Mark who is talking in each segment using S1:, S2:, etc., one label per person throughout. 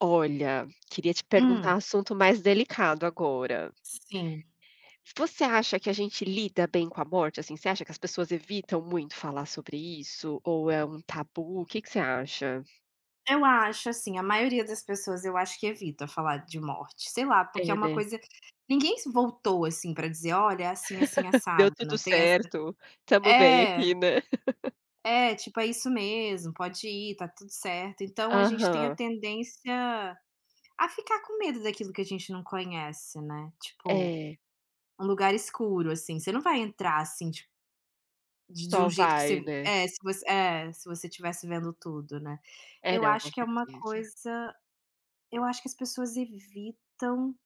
S1: Olha, queria te perguntar
S2: Hum,
S1: um assunto mais delicado agora.
S2: sim.
S1: Você acha que a gente lida bem com a morte, assim? Você acha que as pessoas evitam muito falar sobre isso ou é um tabu? O que que você acha?
S2: Eu acho, assim, a maioria das pessoas, eu acho que evita falar de morte, sei lá, porque é
S1: É,
S2: uma
S1: né?
S2: coisa. Ninguém se voltou, assim, pra dizer: "Olha, é assim, assim,
S1: Deu
S2: assado",
S1: tudo
S2: não tem essa.
S1: certo, tamo bem
S2: É,
S1: aqui, né?
S2: é, tipo: "É isso mesmo, pode ir, tá tudo certo". Então a gente tem a
S1: Aham.
S2: tendência a ficar com medo daquilo que a gente não conhece, né, tipo,
S1: É,
S2: um lugar escuro, assim, você não vai entrar, assim, tipo, de um
S1: só
S2: jeito que
S1: vai,
S2: você
S1: né?
S2: é, se você é, se você estivesse vendo tudo, né.
S1: É,
S2: Eu
S1: não, com
S2: acho que é uma
S1: certeza.
S2: coisa. Eu acho que as pessoas evitam,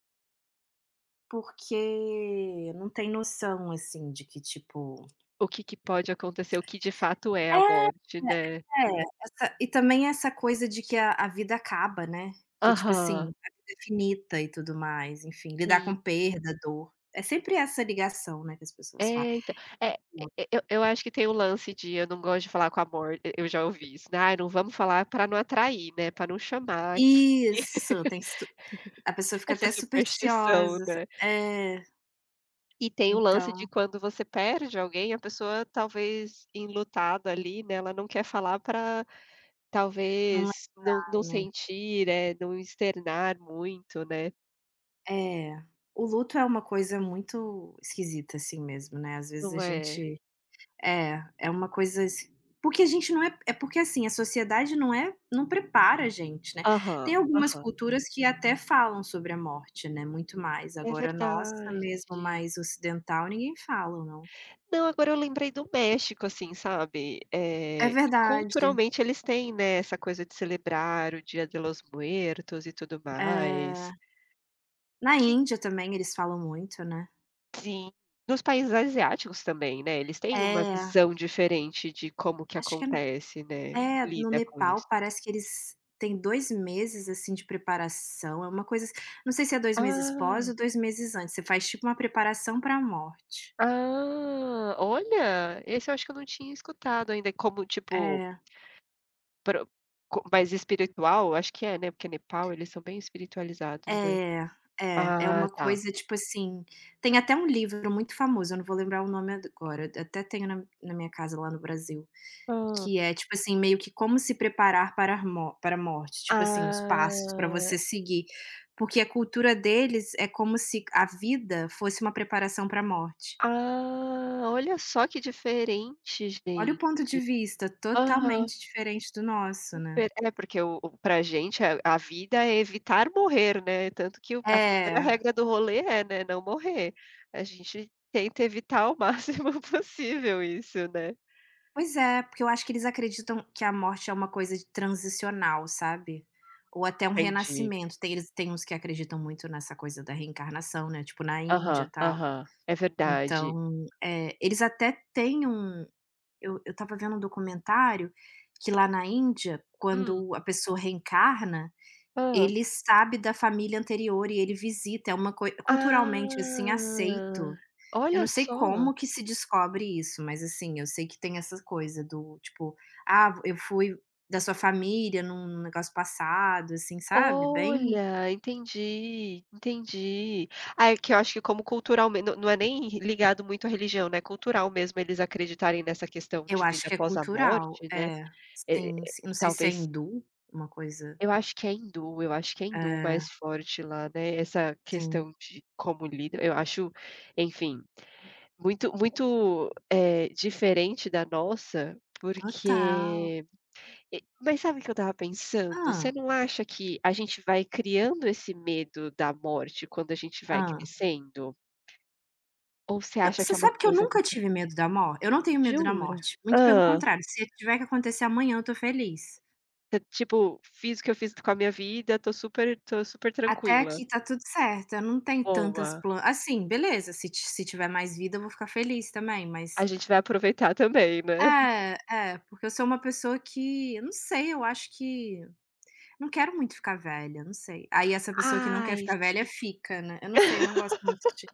S2: porque não tem noção, assim, de que, tipo,
S1: O que que pode acontecer, o que de fato é a
S2: é,
S1: morte, né?
S2: é, essa e também essa coisa de que a vida acaba, né, que, tipo assim,
S1: Aham.
S2: a vida é finita e tudo mais, enfim, lidar com perda, dor, é sempre essa ligação, né, que as pessoas fazem.
S1: É, então, é, e eu acho que tem o lance de eu não gosto de falar com amor, e eu já ouvi isso, né: "Ai, não vamos falar pra não atrair, né, pra não chamar aqui",
S2: Isso, tem su a pessoa fica
S1: essa
S2: até
S1: superstição,
S2: supersticiosa,
S1: né.
S2: é,
S1: E tem o lance de
S2: então,
S1: quando você perde alguém, a pessoa talvez enlutada ali, né, ela não quer falar pra
S2: não é,
S1: talvez não
S2: né.
S1: sentir, não externar muito, né.
S2: É, o luto é uma coisa muito esquisita assim mesmo, né, às vezes a
S1: Não é?
S2: gente é, é uma coisa assim, porque a gente não é, é porque, assim, a sociedade não é, não prepara a gente, né. Tem
S1: Aham,
S2: algumas
S1: aham.
S2: culturas que até falam sobre a morte, né, muito mais,
S1: É
S2: agora a nossa
S1: verdade.
S2: mesmo, mais ocidental, ninguém fala, não.
S1: Não, agora eu lembrei do México, assim, sabe,
S2: É
S1: que
S2: verdade,
S1: culturalmente eles têm, né, essa coisa de celebrar o Dia de los Muertos e tudo
S2: eh,
S1: mais,
S2: na
S1: que
S2: Índia também eles falam muito, né.
S1: sim, nos países asiáticos também, né, eles têm uma
S2: É,
S1: visão diferente de como que
S2: acho que é.
S1: acontece, né,
S2: É, no
S1: lida com
S2: Nepal
S1: isso.
S2: parece que eles têm 2 meses, assim, de preparação, é uma coisa ass, não sei se é 2 meses pós
S1: Ah,
S2: ou 2 meses antes, você faz tipo uma preparação para a morte.
S1: ah, olha, esse eu acho que eu não tinha escutado ainda, como tipo,
S2: É,
S1: pro co mais espiritual, acho que é, né, porque Nepal eles são bem espiritualizados, né.
S2: é, é, é
S1: Ah,
S2: uma
S1: tá.
S2: coisa tipo assim, tem até um livro muito famoso, eu não vou lembrar o nome agora, eu até tenho na minha casa lá no Brasil,
S1: Ah.
S2: que é tipo assim, meio que como se preparar para a morte, tipo assim, os passos para
S1: Ah,
S2: você seguir, porque a cultura deles é como se a vida fosse uma preparação para a morte.
S1: ah, olha só que diferente,
S2: Olha o
S1: gente.
S2: ponto de vista,
S1: Aham,
S2: totalmente diferente do nosso, né.
S1: super. É, porque o pra gente a vida é evitar morrer, né, tanto que o a primeira
S2: É,
S1: regra do rolê é, né, não morrer. A gente tenta evitar ao máximo possível isso, né.
S2: pois é, porque eu acho que eles acreditam que a morte é uma coisa de transicional, sabe, ou até um
S1: Entendi.
S2: renascimento. Tem, eles tem uns que acreditam muito nessa coisa da reencarnação, né, tipo na Índia, e
S1: Aham,
S2: tal.
S1: aham, é verdade.
S2: Então, eles até têm um, eu estava vendo um documentário que lá na Índia,
S1: Hum,
S2: quando a pessoa reencarna,
S1: ah,
S2: ele sabe da família anterior e ele visita, é uma coisa culturalmente, assim, aceito.
S1: ah,
S2: Eu
S1: olha
S2: não sei
S1: só.
S2: como que se descobre isso, mas, assim, eu sei que tem essa coisa do tipo: "Ah, eu fui da sua família num negócio passado", assim, sabe, bem.
S1: Olha, entendi, entendi. Ah, é que eu acho que como culturalmen não é nem ligado muito à religião, né, cultural mesmo eles acreditarem nessa questão
S2: Eu
S1: de
S2: acho
S1: vida
S2: que é
S1: após a
S2: cultural.
S1: morte, né,
S2: É,
S1: eh
S2: sim,
S1: eh,
S2: sim. Não sei se é
S1: talvez
S2: hindu, uma coisa.
S1: eu acho que é hindu, eu acho que é hindu
S2: É,
S1: mais forte lá, né, essa
S2: sim.
S1: questão de como lida eu acho, enfim, muito muito, diferente da nossa,
S2: Total.
S1: porque e mas sabe o que eu estava pensando? Você
S2: Ah,
S1: não acha que a gente vai criando esse medo da morte quando a gente vai
S2: ah.
S1: crescendo? Ou você
S2: Eu,
S1: acha que
S2: você
S1: é uma
S2: sabe que eu
S1: coisa
S2: nunca
S1: natural?
S2: tive medo da mor, eu não tenho medo da
S1: Jura?
S2: morte, muito pelo
S1: Ah,
S2: contrário, se tiver que acontecer amanhã eu tô feliz.
S1: você, tipo, fiz o que eu fiz com a minha vida, tô super
S2: Até
S1: tranquila.
S2: aqui tá tudo certo, eu não tenho tantas
S1: Boa.
S2: plan, assim, beleza, se tiver mais vida eu vou ficar feliz também,
S1: A
S2: mas
S1: gente vai aproveitar também, né.
S2: é, é, porque eu sou uma pessoa que, eu não sei, eu acho que não quero muito ficar velha, não sei. Aí essa pessoa que não quer
S1: Ai,
S2: ficar velha
S1: sim.
S2: fica, né, eu não sei, eu não gosto muito de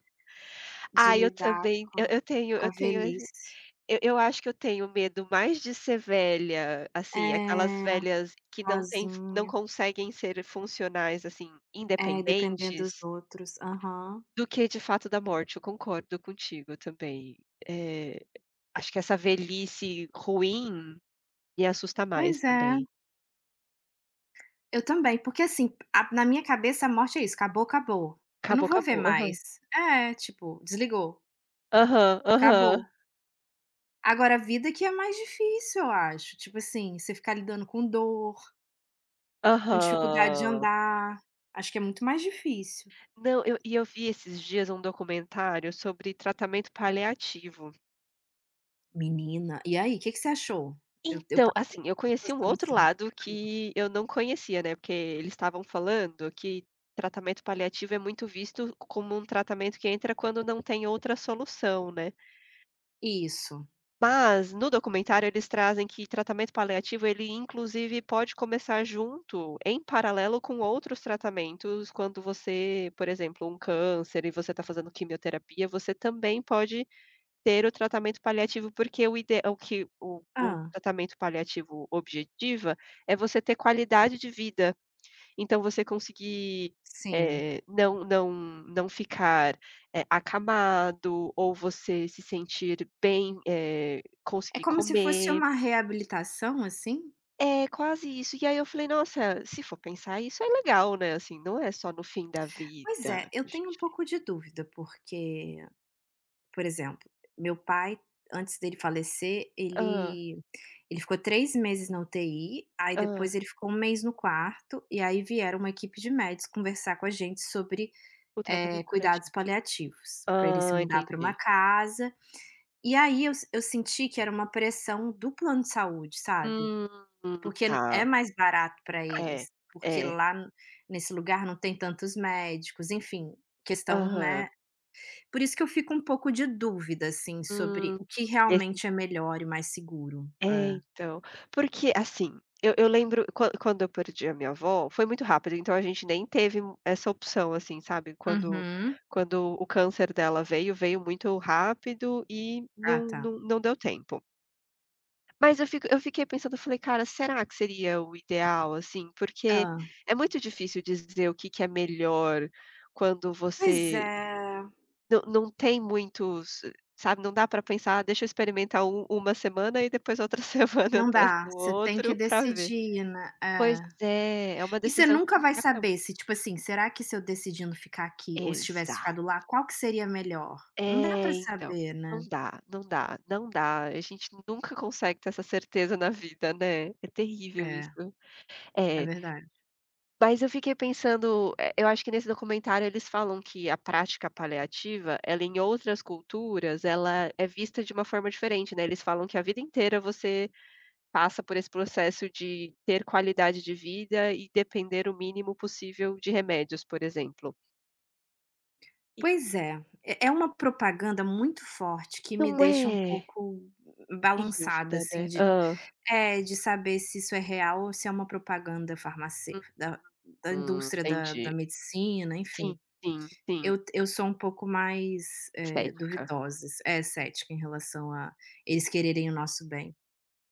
S1: Ah, eu
S2: lidar
S1: também
S2: com
S1: eu
S2: a
S1: eu tenho eu tenho.
S2: velhice.
S1: Eu acho que eu tenho medo mais de ser velha, assim, aquelas
S2: É,
S1: velhas que não têm não
S2: sozinha.
S1: conseguem ser funcionais, assim,
S2: É, dependendo dos
S1: independentes,
S2: outros. Aham.
S1: do que de fato da morte. Eu concordo contigo também. Eh, Acho que essa velhice ruim me assusta mais
S2: Pois é,
S1: também.
S2: eu também, porque, assim, a, na minha cabeça a morte é isso, acabou, acabou. Eu não
S1: Acabou,
S2: vou ver
S1: acabou. Aham.
S2: mais. É, tipo, desligou,
S1: Aham, aham,
S2: acabou. Agora a vida que é mais difícil, eu acho. Tipo assim, você ficar lidando com dor, com dificuldade de
S1: aham.
S2: andar, acho que é muito mais difícil.
S1: Não, eu vi esses dias um documentário sobre tratamento paliativo.
S2: Menina, e aí, o que que você achou? Eu
S1: Então,
S2: passo por
S1: assim, eu conheci um
S2: situação
S1: outro
S2: assim.
S1: lado que eu não conhecia, né, porque eles estavam falando que tratamento paliativo é muito visto como um tratamento que entra quando não tem outra solução, né.
S2: Isso.
S1: Mas no documentário eles trazem que tratamento paliativo, ele inclusive pode começar junto, em paralelo com outros tratamentos, quando você, por exemplo, um câncer e você está fazendo quimioterapia, você também pode ter o tratamento paliativo, porque o ide o que o
S2: Ah,
S1: tratamento paliativo objetiva é você ter qualidade de vida. Então você conseguir,
S2: sim.
S1: não ficar, acamado ou você se sentir bem,
S2: É
S1: conseguir
S2: como se fosse
S1: comer.
S2: uma reabilitação, assim?
S1: É, quase isso. E aí eu falei: "Nossa, se for pensar isso é legal, né, assim, não é só no fim da
S2: Pois
S1: vida".
S2: é, eu tenho um pouco de dúvida, porque, por exemplo, meu pai, antes dele falecer,
S1: Hã,
S2: ele ficou 3 meses na UTI, aí depois
S1: hã,
S2: ele ficou um mês no quarto, e aí vieram uma equipe de médicos conversar com a gente sobre,
S1: o tratamento
S2: cuidados
S1: paliativo.
S2: paliativos, para ele se
S1: Hã,
S2: mudar para uma
S1: entendi.
S2: casa. E aí eu se eu senti que era uma pressão do plano de saúde, sabe,
S1: Hum,
S2: porque é
S1: tá.
S2: mais barato para
S1: É,
S2: eles, porque
S1: é.
S2: nesse lugar não tem tantos médicos, enfim, questão,
S1: Aham.
S2: né, por isso que eu fico um pouco de dúvida, assim, sobre
S1: Hum,
S2: o que
S1: esse
S2: realmente é melhor e mais seguro.
S1: é,
S2: É.
S1: então. Porque, assim, eu lembro quan quando eu perdi a minha avó, foi muito rápido, então a gente nem teve mu- essa opção, assim, sabe, quando
S2: Uhum.
S1: quando o câncer dela veio, veio muito rápido e
S2: Ah,
S1: não
S2: tá.
S1: não não deu tempo. Mas eu fiquei pensando, eu falei: "Cara, será que seria o ideal, assim?" Porque
S2: Hã.
S1: é muito difícil dizer o que que é melhor quando
S2: Pois
S1: você
S2: é,
S1: não não tem muitos sabe, não dá para pensar: "Ah, deixa eu experimentar um uma semana e depois outra semana eu
S2: não
S1: testo
S2: dá,
S1: o
S2: você tem que
S1: outro para ver".
S2: decidir, né.
S1: Pois
S2: É.
S1: é, é uma
S2: E você
S1: decisão
S2: nunca
S1: que
S2: vai
S1: impacta
S2: saber se,
S1: muito.
S2: tipo assim, será que se eu decidindo ficar aqui ou se tivesse
S1: Exato.
S2: ficado lá, qual que seria melhor? Não dá
S1: É,
S2: pra
S1: então,
S2: saber,
S1: não
S2: né.
S1: dá, não dá, não dá. A gente nunca consegue ter essa certeza na vida, né. É terrível isso.
S2: É, é
S1: É,
S2: verdade.
S1: mas eu fiquei pensando, eu acho que nesse documentário eles falam que a prática paliativa, ela em outras culturas, ela é vista de uma forma diferente, né. Eles falam que a vida inteira você passa por esse processo de ter qualidade de vida e depender o mínimo possível de remédios, por exemplo. E
S2: Pois é, é uma propaganda muito forte que me
S1: não
S2: deixa um
S1: é,
S2: pouco
S1: em dúvida,
S2: balançada, assim,
S1: né.
S2: de,
S1: Hã.
S2: é, de saber se isso é real ou se é uma propaganda farmacê, da
S1: Uhum,
S2: indústria da
S1: entendi.
S2: medicina,
S1: Sim,
S2: enfim.
S1: sim, sim,
S2: Eu sou um pouco mais,
S1: estética.
S2: duvidosa, é, cética em relação a eles quererem o nosso bem.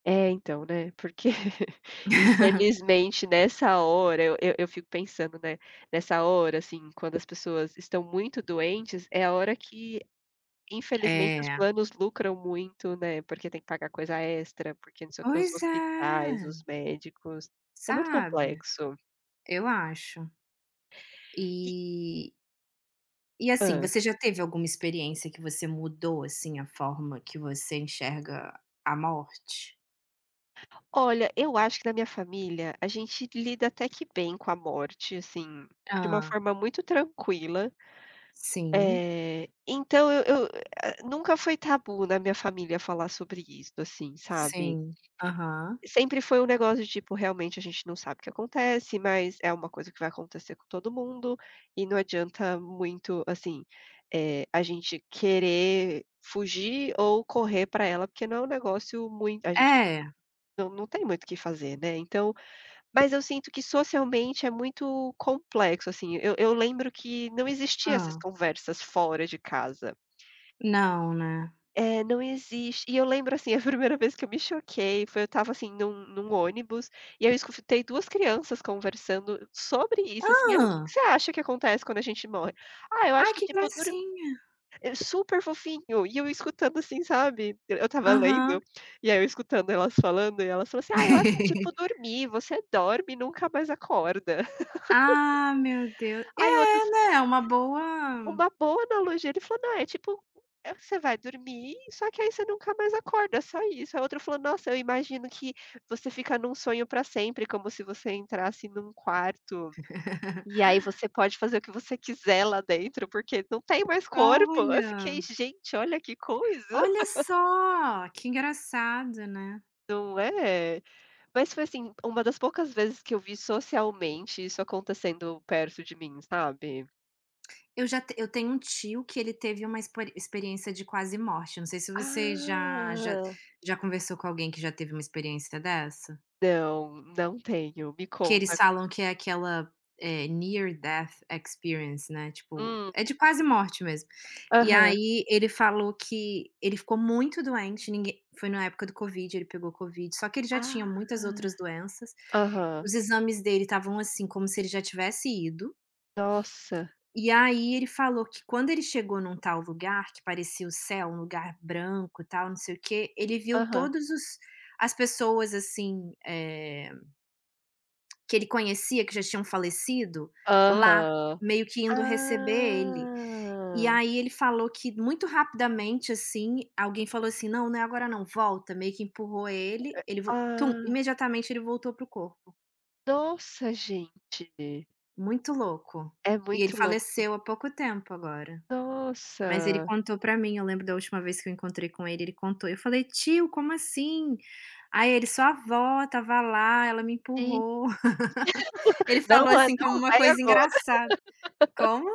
S1: É, então, né, porque infelizmente nessa hora eu fico pensando, né, nessa hora, assim, quando as pessoas estão muito doentes, é a hora que infelizmente os
S2: É.
S1: planos lucram muito, né, porque tem que pagar coisa extra, porque não sei o que os
S2: Pois
S1: hospitais,
S2: é,
S1: os médicos, é muito
S2: sabe,
S1: complexo.
S2: eu acho.
S1: E
S2: E e assim,
S1: hã.
S2: você já teve alguma experiência que você mudou, assim, a forma que você enxerga a morte?
S1: Olha, eu acho que na minha família a gente lida até que bem com a morte, assim, de uma
S2: Ah.
S1: forma muito tranquila,
S2: Sim,
S1: então eu nunca foi tabu na minha família falar sobre isso, assim, sabe.
S2: sim. Aham.
S1: Sempre foi um negócio de tipo, realmente a gente não sabe o que acontece, mas é uma coisa que vai acontecer com todo mundo, e não adianta muito, assim, a gente querer fugir ou correr para ela, porque não é um negócio muito a gente
S2: É.
S1: não tem muito o que fazer, né, então mas eu sinto que socialmente é muito complexo, assim, eu lembro que não existia essas
S2: Hã.
S1: conversas fora de casa.
S2: Não, né.
S1: É, não existe. E eu lembro, assim, a primeira vez que eu me choquei foi eu estava, assim, num ônibus, e eu escutei 2 crianças conversando sobre isso, assim: "Ah, o que que
S2: Hã?
S1: você acha que acontece quando a gente morre?". "Ah, eu acho
S2: Ai,
S1: que,
S2: que
S1: tipo, dura um,
S2: gracinha.
S1: é super fofinho". E eu escutando, assim, sabe, eu estava lendo,
S2: Aham.
S1: e aí eu escutando elas falando, e elas falaram assim: "Ah, eu acho que é tipo dormir, você dorme e nunca mais acorda".
S2: Ah, meu Deus.
S1: Aí o outro
S2: É, né, é uma boa.
S1: uma boa analogia, ele falou: "Não, é tipo, você vai dormir, só que aí você nunca mais acorda, é só isso". A outra falou: "Nossa, eu imagino que você fica num sonho pra sempre, como se você entrasse num quarto, e aí você pode fazer o que você quiser lá dentro, porque não tem mais corpo". Eu fiquei:
S2: Olha,
S1: "Gente, olha que coisa".
S2: olha só, que engraçado, né.
S1: Não é? Mas foi, assim, uma das poucas vezes que eu vi socialmente isso acontecendo perto de mim, sabe?
S2: Eu já te Eu tenho um tio que ele teve uma expo experiência de quase morte, não sei se você já já
S1: Ah.
S2: já conversou com alguém que já teve uma experiência dessa?
S1: Não, não tenho. Me
S2: Que eles
S1: conta.
S2: falam que é aquela, near death experience, né, tipo,
S1: Hum.
S2: é de quase morte mesmo. E
S1: Aham.
S2: aí ele falou que ele ficou muito doente, ninguém foi na época do Covid, ele pegou Covid, só que ele já
S1: Ah.
S2: tinha muitas outras doenças.
S1: Aham.
S2: Os exames dele estavam, assim, como se ele já tivesse ido.
S1: Nossa.
S2: E aí ele falou que quando ele chegou num tal lugar, que parecia o céu, um lugar branco, tal, não sei o quê, ele viu
S1: Aham.
S2: todos os as pessoas, assim, que ele conhecia, que já tinham falecido, lá,
S1: Aham.
S2: meio que indo receber ele. E
S1: Ah.
S2: aí ele falou que muito rapidamente, assim, alguém falou assim: "Não, não é agora não, volta", meio que empurrou ele, ele vo tum,
S1: Ah.
S2: imediatamente ele voltou pro corpo.
S1: Nossa, gente,
S2: Muito louco.
S1: é
S2: E ele
S1: muito louco.
S2: faleceu há pouco tempo agora. Mas ele
S1: Nossa.
S2: contou pra mim, eu lembro da última vez que eu encontrei com ele, ele contou, eu falei: "Tio, como assim?". Aí ele: "Sua avó estava lá, ela me
S1: Gente,
S2: empurrou". Ele
S1: não
S2: falou
S1: é
S2: assim como
S1: não
S2: uma
S1: vai
S2: coisa
S1: agora,
S2: engraçada. Como?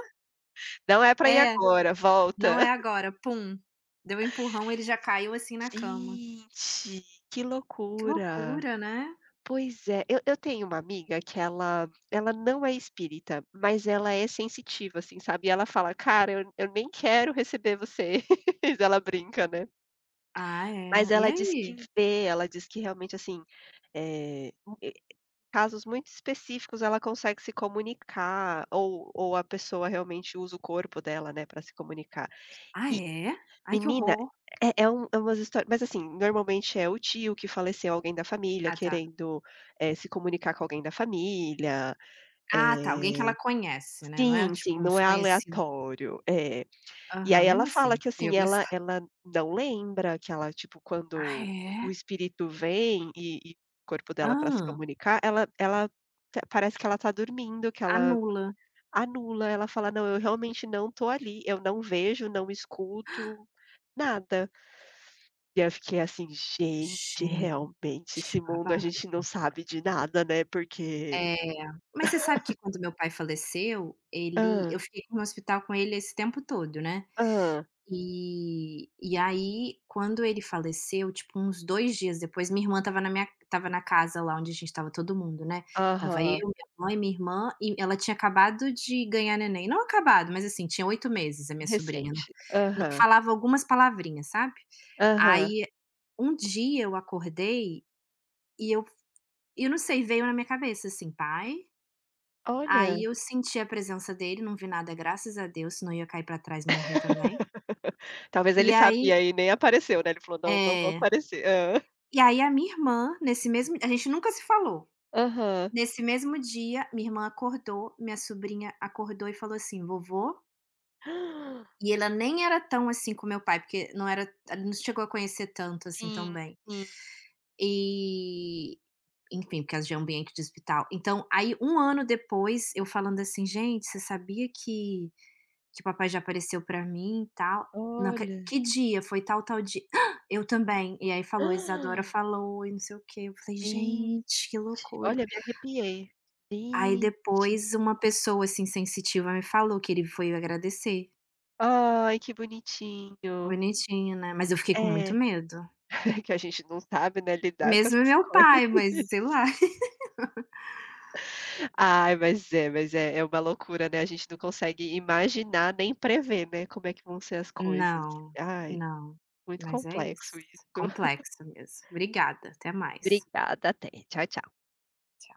S1: não é pra ir
S2: É,
S1: agora,
S2: não
S1: volta.
S2: é agora, pum, deu um empurrão, ele já caiu assim na cama.
S1: Gente, que
S2: Que
S1: loucura.
S2: loucura, né?
S1: Pois é, eu tenho uma amiga que ela não é espírita, mas ela é sensitiva, assim, sabe, e ela fala: "Cara, eu nem quero receber vocês", ela brinca, né.
S2: Ah, é.
S1: Mas
S2: E
S1: ela diz que
S2: aí?
S1: vê, ela diz que realmente, assim, eh, e casos muito específicos ela consegue se comunicar, ou a pessoa realmente usa o corpo dela, né, para se comunicar.
S2: Ah, é? Ai, que
S1: Menina,
S2: horror.
S1: é é um é umas histórias mas assim, normalmente é o tio que faleceu, alguém da família
S2: Ah, tá.
S1: querendo, se comunicar com alguém da família,
S2: Ah, tá, alguém que
S1: eh
S2: ela conhece, né, não é
S1: sim, sim,
S2: tipo um
S1: não é
S2: desconhecido.
S1: aleatório, é. E
S2: Aham,
S1: aí ela
S2: mesmo
S1: fala
S2: assim,
S1: que,
S2: eu ia
S1: assim, ela
S2: gostar.
S1: ela não lembra, que ela, tipo,
S2: Ah,
S1: quando o
S2: é?
S1: espírito vem e o corpo dela para se
S2: Ah.
S1: comunicar, ela t parece que ela tá dormindo, que ela
S2: Anula.
S1: anula, ela fala: "Não, eu realmente não tô ali, eu não vejo, não escuto, nada. E eu fiquei assim: "Gente,
S2: Gente,
S1: realmente esse mundo a
S2: babado.
S1: gente não sabe de nada, né, porque"
S2: É, mas você sabe que, quando meu pai faleceu, ele
S1: Hã,
S2: eu fiquei no hospital com ele esse tempo todo, né.
S1: hã,
S2: E aí, quando ele faleceu, tipo, uns 2 dias depois, minha irmã estava na minha estava na casa lá onde a gente estava todo mundo, né, tava
S1: aham,
S2: eu, minha mãe, minha irmã, e ela tinha acabado de ganhar neném, não acabado, mas, assim, tinha 8 meses a minha sobrinha,
S1: recente.
S2: não
S1: Aham,
S2: falava algumas palavrinhas, sabe.
S1: aham.
S2: Aí, um dia eu acordei e eu não sei, veio na minha cabeça assim: "Pai", aí
S1: Olha.
S2: eu senti a presença dele, não vi nada, graças a Deus, senão eu ia cair pra trás e morrer também.
S1: Talvez ele
S2: E aí
S1: sabia e nem apareceu, né, ele falou: "Não, não vou
S2: é.
S1: aparecer". Hã.
S2: E aí a minha irmã, nesse mesmo a gente nunca se falou.
S1: Aham.
S2: Nesse mesmo dia, minha irmã acordou, minha sobrinha acordou e falou assim: "Vovô",
S1: Ah,
S2: e ela nem era tão assim com meu pai, porque não era, ela não chegou a conhecer tanto assim tão
S1: sim,
S2: bem.
S1: sim.
S2: E, enfim, por causa de ambiente de hospital. Então, aí um ano depois, eu falando assim: "Gente, você sabia que", que o papai já apareceu pra mim e tal. Não acre,
S1: Olha.
S2: "Que dia? Foi tal, tal dia". "Eu também". E aí falou: Isadora
S1: Ah,
S2: falou e não sei o quê". Eu falei:
S1: gente,
S2: "Gente, que loucura".
S1: olha, me arrepiei.
S2: Aí
S1: Gente,
S2: depois uma pessoa, assim, sensitiva me falou que ele foi agradecer.
S1: ai, que bonitinho.
S2: Bonitinho, né, mas eu fiquei com muito
S1: É.
S2: medo.
S1: Que a gente não sabe, né, lidar com
S2: Mesmo
S1: essas
S2: meu
S1: coisas.
S2: pai, mas sei lá.
S1: Ai, mas é é uma loucura, né, a gente não consegue imaginar nem prever, né, como é que vão ser as coisas.
S2: Não,
S1: Ai,
S2: não.
S1: muito
S2: Mas é
S1: complexo
S2: isso.
S1: isso.
S2: Complexo mesmo. Obrigada, até mais.
S1: Obrigada, até. Tchau, tchau.
S2: Tchau.